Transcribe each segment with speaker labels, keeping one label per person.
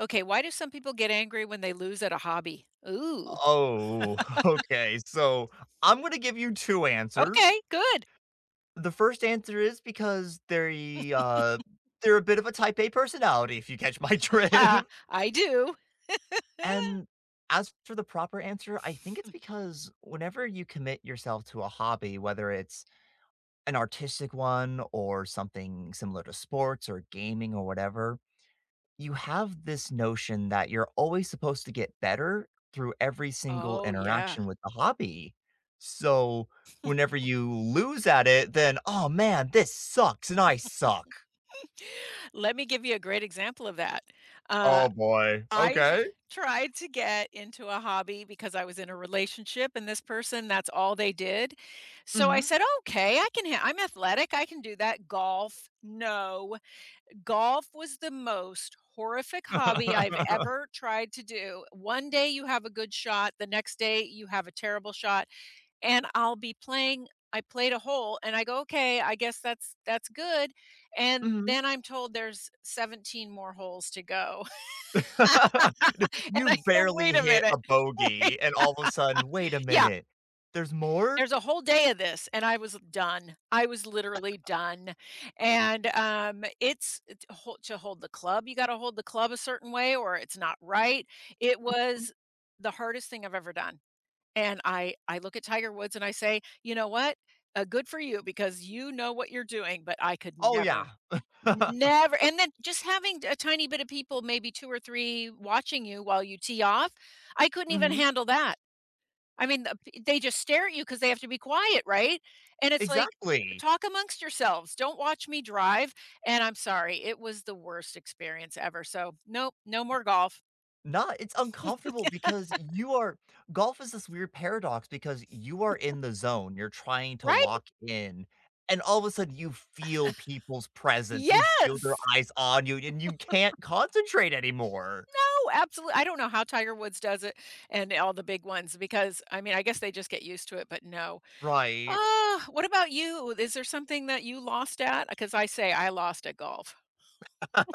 Speaker 1: Okay, why do some people get angry when they lose at a hobby? Ooh.
Speaker 2: Oh, okay. So I'm gonna give you two answers.
Speaker 1: Okay, good.
Speaker 2: The first answer is because they're a bit of a type A personality, if you catch my
Speaker 1: Ah,
Speaker 2: drift.
Speaker 1: I do.
Speaker 2: And as for the proper answer, I think it's because whenever you commit yourself to a hobby, whether it's an artistic one or something similar to sports or gaming or whatever, you have this notion that you're always supposed to get better through every single
Speaker 1: Oh, yeah.
Speaker 2: interaction with the hobby. So whenever you lose at it, then, "Oh, man, this sucks and I suck."
Speaker 1: Let me give you a great example of that. Uh,
Speaker 2: "Oh, boy.
Speaker 1: I
Speaker 2: Okay."
Speaker 1: tried to get into a hobby because I was in a relationship and this person, that's all they did. So I
Speaker 2: Mhm.
Speaker 1: said, okay, I can, I'm athletic. I can do that. Golf. No. Golf was the most horrific hobby I've ever tried to do. One day you have a good shot, the next day you have a terrible shot, and I'll be playing I played a hole and I go, "Okay, I guess that's good." And
Speaker 2: Mhm.
Speaker 1: then I'm told there's 17 more holes to go. And
Speaker 2: You
Speaker 1: I go,
Speaker 2: barely
Speaker 1: "Wait a
Speaker 2: hit a
Speaker 1: minute. Wait."
Speaker 2: bogey, and all of a sudden, "Wait a
Speaker 1: Yeah,
Speaker 2: minute. There's more?
Speaker 1: there's a whole day of this, and I was done. I was literally done, and, it's hol to hold the club, you gotta hold the club a certain way or it's not right. It was the hardest thing I've ever done, and I look at Tiger Woods and I say, "You know what? Good for you because you know what you're doing," but I could
Speaker 2: Oh, yeah."
Speaker 1: never, never. And then just having a tiny bit of people, maybe 2 or 3 watching you while you tee off, I couldn't even
Speaker 2: Mhm.
Speaker 1: handle that. I mean, they just stare at you because they have to be quiet, right? And it's like,
Speaker 2: Exactly.
Speaker 1: "Talk amongst yourselves, don't watch me drive," and I'm sorry, it was the worst experience ever, so nope, no more golf.
Speaker 2: Not it's uncomfortable because you are golf is this weird paradox because you are in the zone, you're trying to
Speaker 1: Right?
Speaker 2: lock in, and all of a sudden you feel people's presence, you feel their
Speaker 1: Yes!
Speaker 2: eyes on you, and you can't concentrate anymore.
Speaker 1: No, absolutely. I don't know how Tiger Woods does it and all the big ones because, I mean, I guess they just get used to it, but no.
Speaker 2: Right.
Speaker 1: Ah, what about you? Is there something that you lost at? Because I say I lost at golf.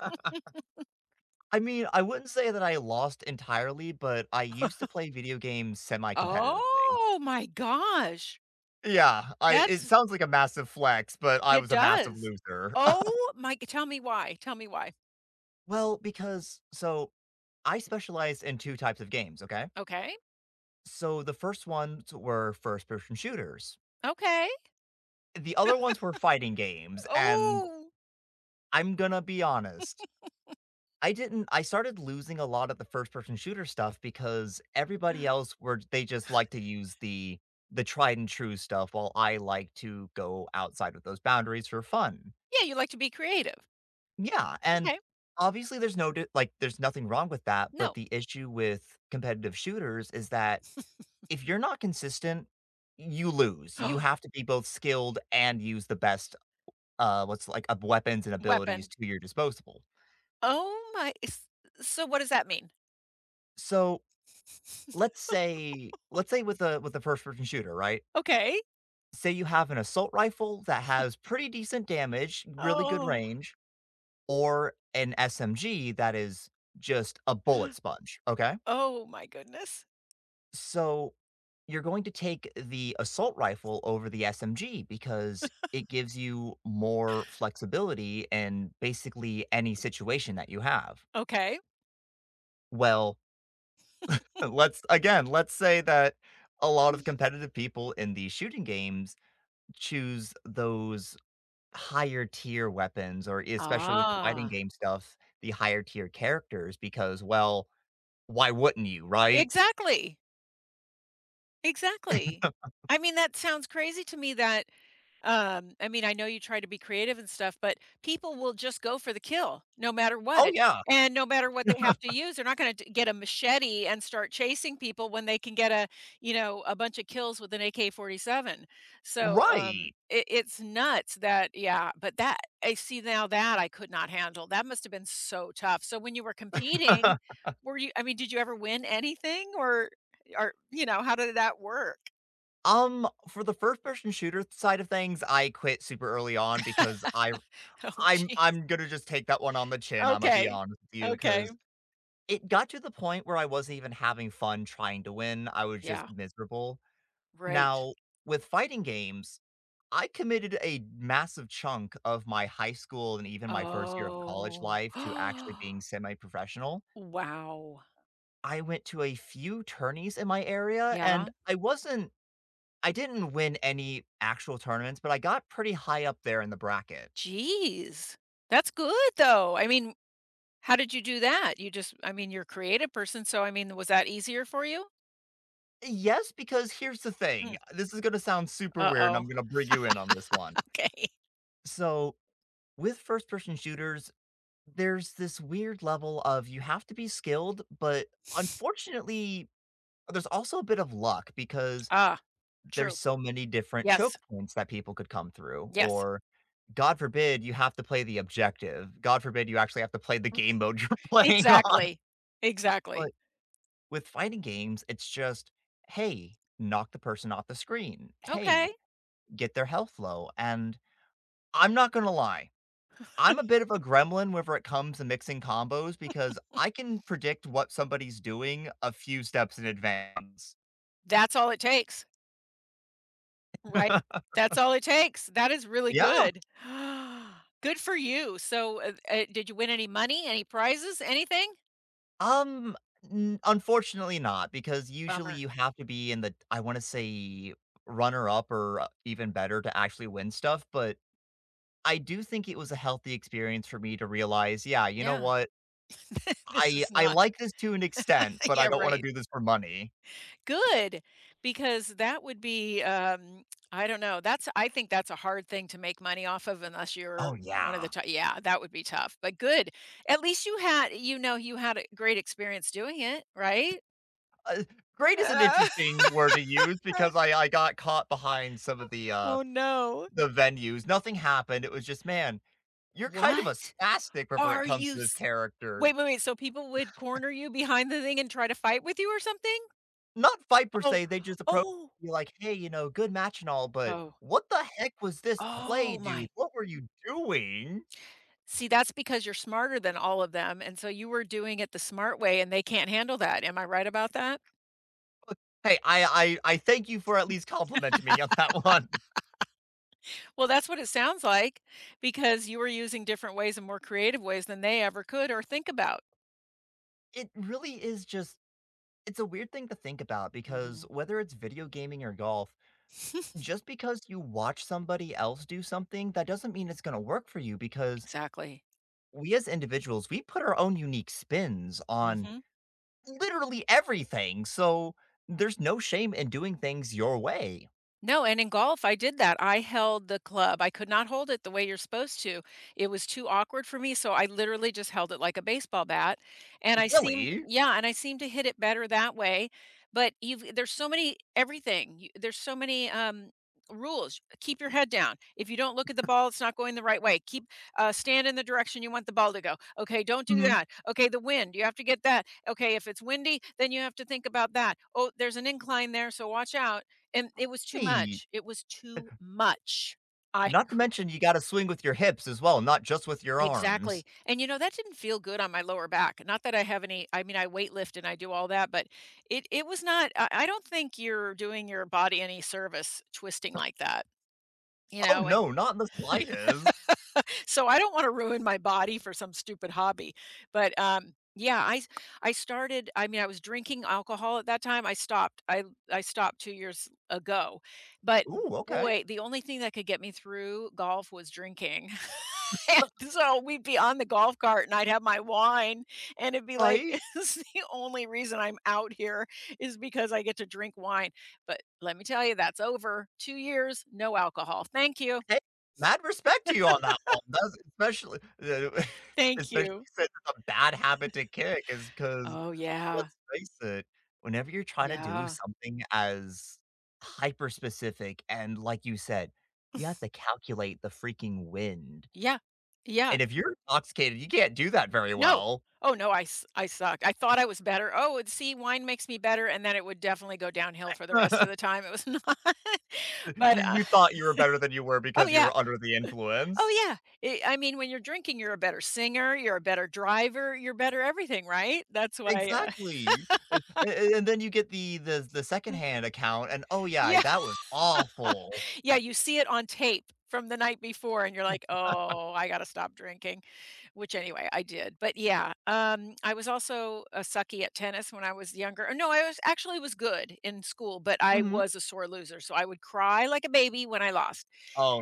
Speaker 2: I mean, I wouldn't say that I lost entirely, but I used to play video games semi-competitively.
Speaker 1: Oh my gosh.
Speaker 2: Yeah, I it
Speaker 1: That's
Speaker 2: sounds like a massive flex, but I
Speaker 1: It
Speaker 2: was a massive
Speaker 1: does.
Speaker 2: loser.
Speaker 1: Oh my g Tell me why, tell me why.
Speaker 2: Well, because so I specialize in 2 types of games, okay?
Speaker 1: Okay,
Speaker 2: So the first ones were first person shooters.
Speaker 1: okay.
Speaker 2: The other ones were fighting games, and
Speaker 1: Oh,
Speaker 2: I'm gonna be honest. I didn't I started losing a lot of the first person shooter stuff because everybody else were they just like to use the tried and true stuff while I like to go outside of those boundaries for fun.
Speaker 1: yeah, you like to be creative.
Speaker 2: Yeah, and
Speaker 1: Okay,
Speaker 2: obviously there's no di- like there's nothing wrong with that, but
Speaker 1: no.
Speaker 2: the issue with competitive shooters is that if you're not consistent, you lose. You have to be both skilled and use the best, what's like of weapons and abilities
Speaker 1: Weapon.
Speaker 2: to your disposable.
Speaker 1: Oh my s So what does that mean?
Speaker 2: So let's say with a first person shooter, right?
Speaker 1: Okay.
Speaker 2: Say you have an assault rifle that has pretty decent damage, really good
Speaker 1: Oh.
Speaker 2: range, or an SMG that is just a bullet sponge. Okay,
Speaker 1: Oh my goodness.
Speaker 2: so you're going to take the assault rifle over the SMG because it gives you more flexibility in basically any situation that you have.
Speaker 1: Okay.
Speaker 2: Well, let's say that a lot of competitive people in these shooting games choose those higher tier weapons or especially with the fighting
Speaker 1: Ah.
Speaker 2: game stuff, the higher tier characters because well, why wouldn't you, right?
Speaker 1: Exactly, exactly. I mean, that sounds crazy to me that I mean, I know you try to be creative and stuff, but people will just go for the kill no matter
Speaker 2: Oh
Speaker 1: what.
Speaker 2: yeah,
Speaker 1: And no matter what they have to use, they're not going to get a machete and start chasing people when they can get a, you know, a bunch of kills with an AK-47. So,
Speaker 2: right.
Speaker 1: it's nuts that, yeah, but that, I see now that I could not handle. That must have been so tough. So when you were competing, were you, I mean, did you ever win anything or, you know, how did that work?
Speaker 2: For the first person shooter side of things, I quit super early on because I
Speaker 1: Oh,
Speaker 2: I'm
Speaker 1: geez.
Speaker 2: I'm gonna just take that one on the chin, Imma be
Speaker 1: Okay.
Speaker 2: honest with you
Speaker 1: Okay.
Speaker 2: because it got to the point where I wasn't even having fun trying to win, I was just
Speaker 1: Yeah,
Speaker 2: miserable.
Speaker 1: right.
Speaker 2: Now, with fighting games, I committed a massive chunk of my high school and even my first year of college
Speaker 1: Oh.
Speaker 2: life to actually being semi-professional.
Speaker 1: Wow.
Speaker 2: I went to a few tourneys in my area, and
Speaker 1: Yeah.
Speaker 2: I didn't win any actual tournaments, but I got pretty high up there in the bracket.
Speaker 1: Jeez. That's good though. I mean, how did you do that? You just I mean, you're a creative person, so I mean, was that easier for you?
Speaker 2: Yes, because here's the thing.
Speaker 1: Hmm.
Speaker 2: This is gonna sound super weird, and
Speaker 1: Uh-oh.
Speaker 2: I'm gonna bring you in on this one.
Speaker 1: Okay.
Speaker 2: So, with first person shooters, there's this weird level of you have to be skilled, but unfortunately, there's also a bit of luck because
Speaker 1: Ah,
Speaker 2: there's
Speaker 1: true.
Speaker 2: so many different
Speaker 1: Yes.
Speaker 2: choke points that people could come through.
Speaker 1: Yes.
Speaker 2: Or, God forbid, you have to play the objective. God forbid, you actually have to play the game mode you're playing on.
Speaker 1: Exactly.
Speaker 2: But
Speaker 1: Exactly.
Speaker 2: with fighting games, it's just, "Hey, knock the person off the screen. Hey,
Speaker 1: Okay.
Speaker 2: get their health low," and I'm not gonna lie, I'm a bit of a gremlin whenever it comes to mixing combos because I can predict what somebody's doing a few steps in advance.
Speaker 1: That's all it takes, right? That's all it takes. That is really
Speaker 2: Yeah,
Speaker 1: good. Good for you. So, did you win any money, any prizes, anything?
Speaker 2: um, n unfortunately not, because usually
Speaker 1: Bummer.
Speaker 2: you have to be in the I wanna say runner up or even better to actually win stuff, but I do think it was a healthy experience for me to realize, "Yeah, you know
Speaker 1: Yeah.
Speaker 2: what?"
Speaker 1: This
Speaker 2: I
Speaker 1: is
Speaker 2: I
Speaker 1: not
Speaker 2: like this to an extent, but I
Speaker 1: Yeah,
Speaker 2: don't wanna
Speaker 1: right.
Speaker 2: do this for money.
Speaker 1: Good, because that would be, I don't know, that's I think that's a hard thing to make money off of unless
Speaker 2: Oh,
Speaker 1: you're one of the
Speaker 2: yeah.
Speaker 1: top Yeah, that would be tough, but good. At least you had you know, you had a great experience doing it, right?
Speaker 2: Uh, Great is an
Speaker 1: Uh,
Speaker 2: interesting word to use because I got caught behind some of
Speaker 1: Oh, no.
Speaker 2: the venues. Nothing happened. It was just, "Man, you're kind of a
Speaker 1: What?
Speaker 2: spastic whenever it
Speaker 1: Are
Speaker 2: comes to
Speaker 1: you
Speaker 2: this
Speaker 1: s
Speaker 2: character."
Speaker 1: Wait, so people would corner you behind the thing and try to fight with you or something?
Speaker 2: Not fight per
Speaker 1: Oh,
Speaker 2: se, they just approach
Speaker 1: oh,
Speaker 2: you like, "Hey, you know, good match and all, but
Speaker 1: oh,
Speaker 2: what the heck was this play,
Speaker 1: oh
Speaker 2: dude?
Speaker 1: my
Speaker 2: What were you doing?"
Speaker 1: See, that's because you're smarter than all of them, and so you were doing it the smart way, and they can't handle that. Am I right about that?
Speaker 2: Hey, I thank you for at least complimenting me on that one.
Speaker 1: Well, that's what it sounds like because you were using different ways and more creative ways than they ever could or think about.
Speaker 2: It really is just It's a weird thing to think about because
Speaker 1: Mhm.
Speaker 2: whether it's video gaming or golf, just because you watch somebody else do something, that doesn't mean it's going to work for you because
Speaker 1: Exactly.
Speaker 2: we as individuals, we put our own unique spins on
Speaker 1: Mhm.
Speaker 2: literally everything. So there's no shame in doing things your way.
Speaker 1: No, and in golf, I did that. I held the club. I could not hold it the way you're supposed to. It was too awkward for me, so I literally just held it like a baseball bat, and I seemed
Speaker 2: Really?
Speaker 1: yeah, and I seemed to hit it better that way, but you there's so many everything. You there's so many, rules. Keep your head down. If you don't look at the ball, it's not going the right way. Keep stand in the direction you want the ball to go. Okay, don't do
Speaker 2: Mhm.
Speaker 1: that. Okay, the wind, you have to get that. Okay, if it's windy, then you have to think about that. Oh, there's an incline there, so watch out. And it was too
Speaker 2: Hey,
Speaker 1: much. It was too much. I
Speaker 2: not to
Speaker 1: could
Speaker 2: mention you got to swing with your hips as well, not just with your arms.
Speaker 1: Exactly. And, you know, that didn't feel good on my lower back. Not that I have any I mean, I weight lift and I do all that, but it was not I don't think you're doing your body any service twisting like that, you
Speaker 2: Oh
Speaker 1: know, and
Speaker 2: no, not in the slightest.
Speaker 1: So I don't want to ruin my body for some stupid hobby. But yeah, I mean I was drinking alcohol at that time. I stopped. I stopped 2 years ago. But
Speaker 2: Ooh, okay.
Speaker 1: boy, the only thing that could get me through golf was drinking. And so we'd be on the golf cart and I'd have my wine and it'd be like
Speaker 2: Right?
Speaker 1: "This is the only reason I'm out here is because I get to drink wine. But let me tell you that's over. 2 years, no alcohol. Thank you.
Speaker 2: Hey, mad respect to you on that one. That's especially
Speaker 1: Thank
Speaker 2: especially
Speaker 1: you.
Speaker 2: since it's a bad habit to kick is 'cause
Speaker 1: Oh yeah.
Speaker 2: let's face it, whenever you're trying to do
Speaker 1: Yeah.
Speaker 2: something as hyper specific and like you said, you have to calculate the freaking wind,
Speaker 1: Yeah. Yeah.
Speaker 2: and if you're intoxicated, you can't do that very
Speaker 1: No.
Speaker 2: well.
Speaker 1: Oh, no, I sucked. I thought I was better. "Oh, and see, wine makes me better," and then it would definitely go downhill for the rest of the time. It was not.
Speaker 2: You
Speaker 1: But,
Speaker 2: you thought you were better than you were
Speaker 1: Oh,
Speaker 2: because you
Speaker 1: yeah.
Speaker 2: were under the influence.
Speaker 1: Oh, yeah. I mean, when you're drinking, you're a better singer, you're a better driver, you're better everything, right? That's why,
Speaker 2: Exactly, a and then you get the secondhand account and, "Oh, yeah,
Speaker 1: Yeah.
Speaker 2: that was awful."
Speaker 1: Yeah, you see it on tape from the night before and you're like, "Oh, I gotta stop drinking," which anyway, I did, but yeah, I was also, a sucky at tennis when I was younger. Or No, I was actually was good in school, but I
Speaker 2: Mhm.
Speaker 1: was a sore loser, so I would cry like a baby when I lost.
Speaker 2: "Oh,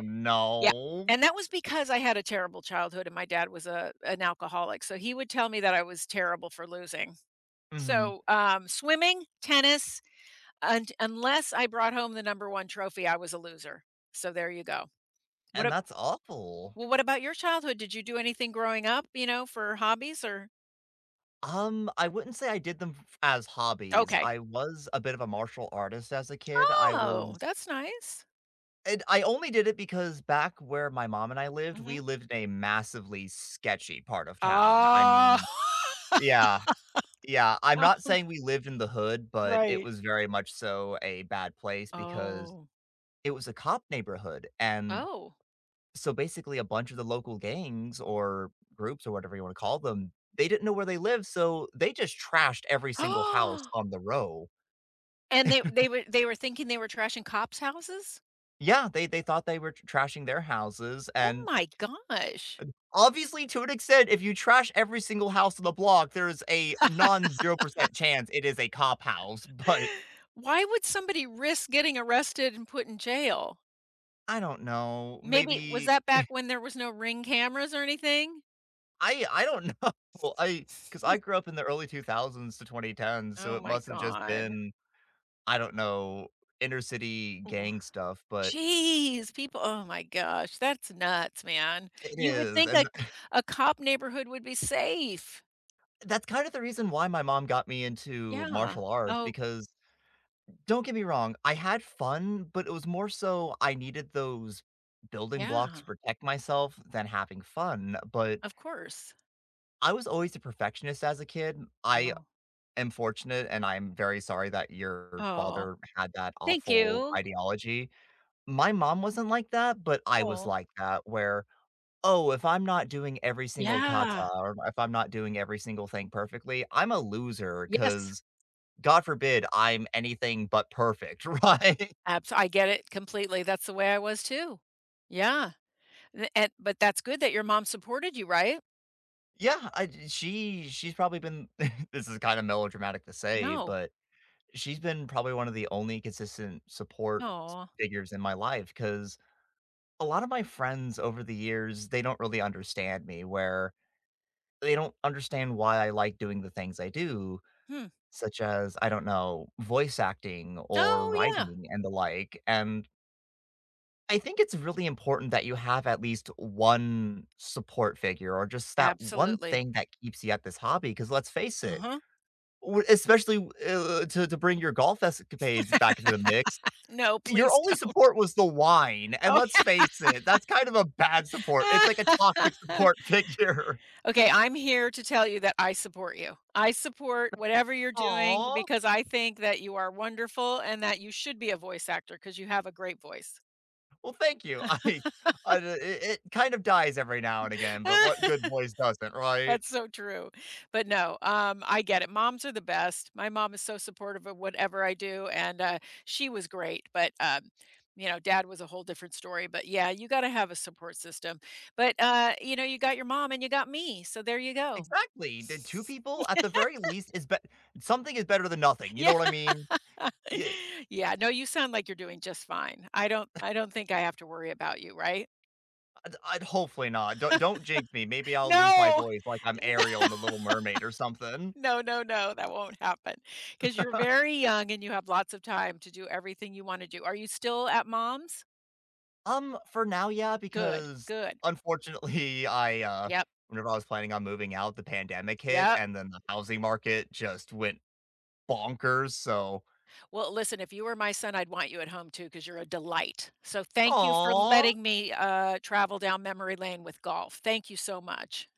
Speaker 1: Yeah,
Speaker 2: no."
Speaker 1: and that was because I had a terrible childhood and my dad was a an alcoholic, so he would tell me that I was terrible for losing.
Speaker 2: Mhm,
Speaker 1: So, swimming, tennis, and unless I brought home the number 1 trophy, I was a loser. So there you go. What
Speaker 2: and
Speaker 1: ab
Speaker 2: that's awful.
Speaker 1: well, what about your childhood? Did you do anything growing up, you know, for hobbies or
Speaker 2: I wouldn't say I did them f as hobbies.
Speaker 1: Okay.
Speaker 2: I was a bit of a martial artist as a kid. I was
Speaker 1: Oh, that's nice.
Speaker 2: and I only did it because back where my mom and I lived, we
Speaker 1: Mhm.
Speaker 2: lived in a massively sketchy part of town. I
Speaker 1: Ah.
Speaker 2: mean yeah. Yeah, I'm not
Speaker 1: Oh.
Speaker 2: saying we lived in the hood, but it
Speaker 1: Right.
Speaker 2: was very much so a bad place because
Speaker 1: Oh.
Speaker 2: it was a cop neighborhood, and
Speaker 1: Oh.
Speaker 2: so basically a bunch of the local gangs or groups or whatever you wanna call them, they didn't know where they lived, so they just trashed every single house on the row.
Speaker 1: And they were thinking they were trashing cops' houses?
Speaker 2: Yeah, they thought they were tr trashing their houses,
Speaker 1: Oh
Speaker 2: and
Speaker 1: my gosh.
Speaker 2: obviously, to an extent, if you trash every single house on the block, there is a non 0% chance it is a cop house, but
Speaker 1: Why would somebody risk getting arrested and put in jail?
Speaker 2: I don't know,
Speaker 1: Maybe was
Speaker 2: maybe
Speaker 1: that back when there was no Ring cameras or anything?
Speaker 2: I don't know. I because I grew up in the early 2000s to 2010s, so
Speaker 1: Oh
Speaker 2: it
Speaker 1: my
Speaker 2: must've just
Speaker 1: god.
Speaker 2: been, I don't know, inner city gang stuff, but
Speaker 1: Jeez, people oh my gosh, that's nuts, man.
Speaker 2: it
Speaker 1: You would
Speaker 2: is,
Speaker 1: think
Speaker 2: and
Speaker 1: a cop neighborhood would be safe.
Speaker 2: that's kind of the reason why my mom got me into
Speaker 1: Yeah.
Speaker 2: martial arts
Speaker 1: Oh,
Speaker 2: because don't get me wrong, I had fun, but it was more so I needed those building blocks
Speaker 1: yeah,
Speaker 2: to protect myself than having fun, but
Speaker 1: of course.
Speaker 2: I was always a perfectionist as a kid. I
Speaker 1: Wow.
Speaker 2: am fortunate, and I'm very sorry that your
Speaker 1: Oh,
Speaker 2: father had that
Speaker 1: thank
Speaker 2: awful
Speaker 1: you.
Speaker 2: ideology. My mom wasn't like that, but I was
Speaker 1: Well,
Speaker 2: like that where, "Oh, if I'm not doing every single kata
Speaker 1: yeah.
Speaker 2: or if I'm not doing every single thing perfectly, I'm a loser.
Speaker 1: Yes.
Speaker 2: Because God forbid I'm anything but perfect," right?
Speaker 1: Abs I get it completely, that's the way I was too. Yeah, the and but that's good that your mom supported you, right?
Speaker 2: Yeah, I j she she's probably been this is kinda melodramatic to say,
Speaker 1: No.
Speaker 2: but she's been probably one of the only consistent support
Speaker 1: No.
Speaker 2: figures in my life because a lot of my friends over the years, they don't really understand me where they don't understand why I like doing the things I do,
Speaker 1: Hmm.
Speaker 2: such as, I don't know, voice acting or
Speaker 1: Oh, yeah.
Speaker 2: writing and the like. And I think it's really important that you have at least one support figure or just that one
Speaker 1: Absolutely.
Speaker 2: thing that keeps you at this hobby. Because let's face it,
Speaker 1: Uh-huh.
Speaker 2: especially to bring your golf escapades back into the mix,
Speaker 1: No,
Speaker 2: your
Speaker 1: please
Speaker 2: only
Speaker 1: don't.
Speaker 2: support was the wine, and let's face it, that's kind of a bad support. It's like a toxic
Speaker 1: Oh
Speaker 2: support figure.
Speaker 1: Okay, I'm here to tell you that I support you. I support whatever you're doing
Speaker 2: Aw,
Speaker 1: because I think that you are wonderful and that you should be a voice actor because you have a great voice.
Speaker 2: well, thank you. I it it kind of dies every now and again, but what good voice doesn't, right?
Speaker 1: That's so true. But no, I get it. Moms are the best. My mom is so supportive of whatever I do, and she was great. But you know, dad was a whole different story. But yeah, you got to have a support system. But you know, you got your mom and you got me, so there you go.
Speaker 2: Exactly, the 2 people at the very least is bet something is better than nothing, you know
Speaker 1: Yeah.
Speaker 2: what I mean? Yeah,
Speaker 1: Yeah, no, you sound like you're doing just fine. I don't think I have to worry about you, right?
Speaker 2: I'd hopefully not. Don't jinx me, maybe I'll lose my
Speaker 1: No.
Speaker 2: voice like I'm Ariel in The Little Mermaid or something.
Speaker 1: No, that won't happen because 'cause you're very young and you have lots of time to do everything you wanna do. Are you still at mom's?
Speaker 2: For now, yeah,
Speaker 1: Good,
Speaker 2: because
Speaker 1: good.
Speaker 2: unfortunately,
Speaker 1: Yep,
Speaker 2: whenever I was planning on moving out, the pandemic hit
Speaker 1: yep.
Speaker 2: and then the housing market just went bonkers. So,
Speaker 1: Well, listen, if you were my son, I'd want you at home too because 'cause you're a delight. So thank you for
Speaker 2: aw,
Speaker 1: letting me, travel down memory lane with golf. Thank you so much.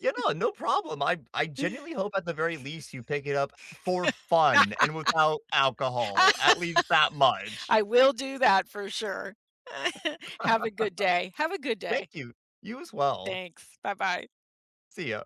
Speaker 2: yeah, no, no problem. I genuinely hope at the very least you pick it up for fun and without alcohol, at least that much.
Speaker 1: I will do that for sure. Have a good day. Have a good day.
Speaker 2: Thank you. You as well.
Speaker 1: Thanks. Bye-bye.
Speaker 2: See ya.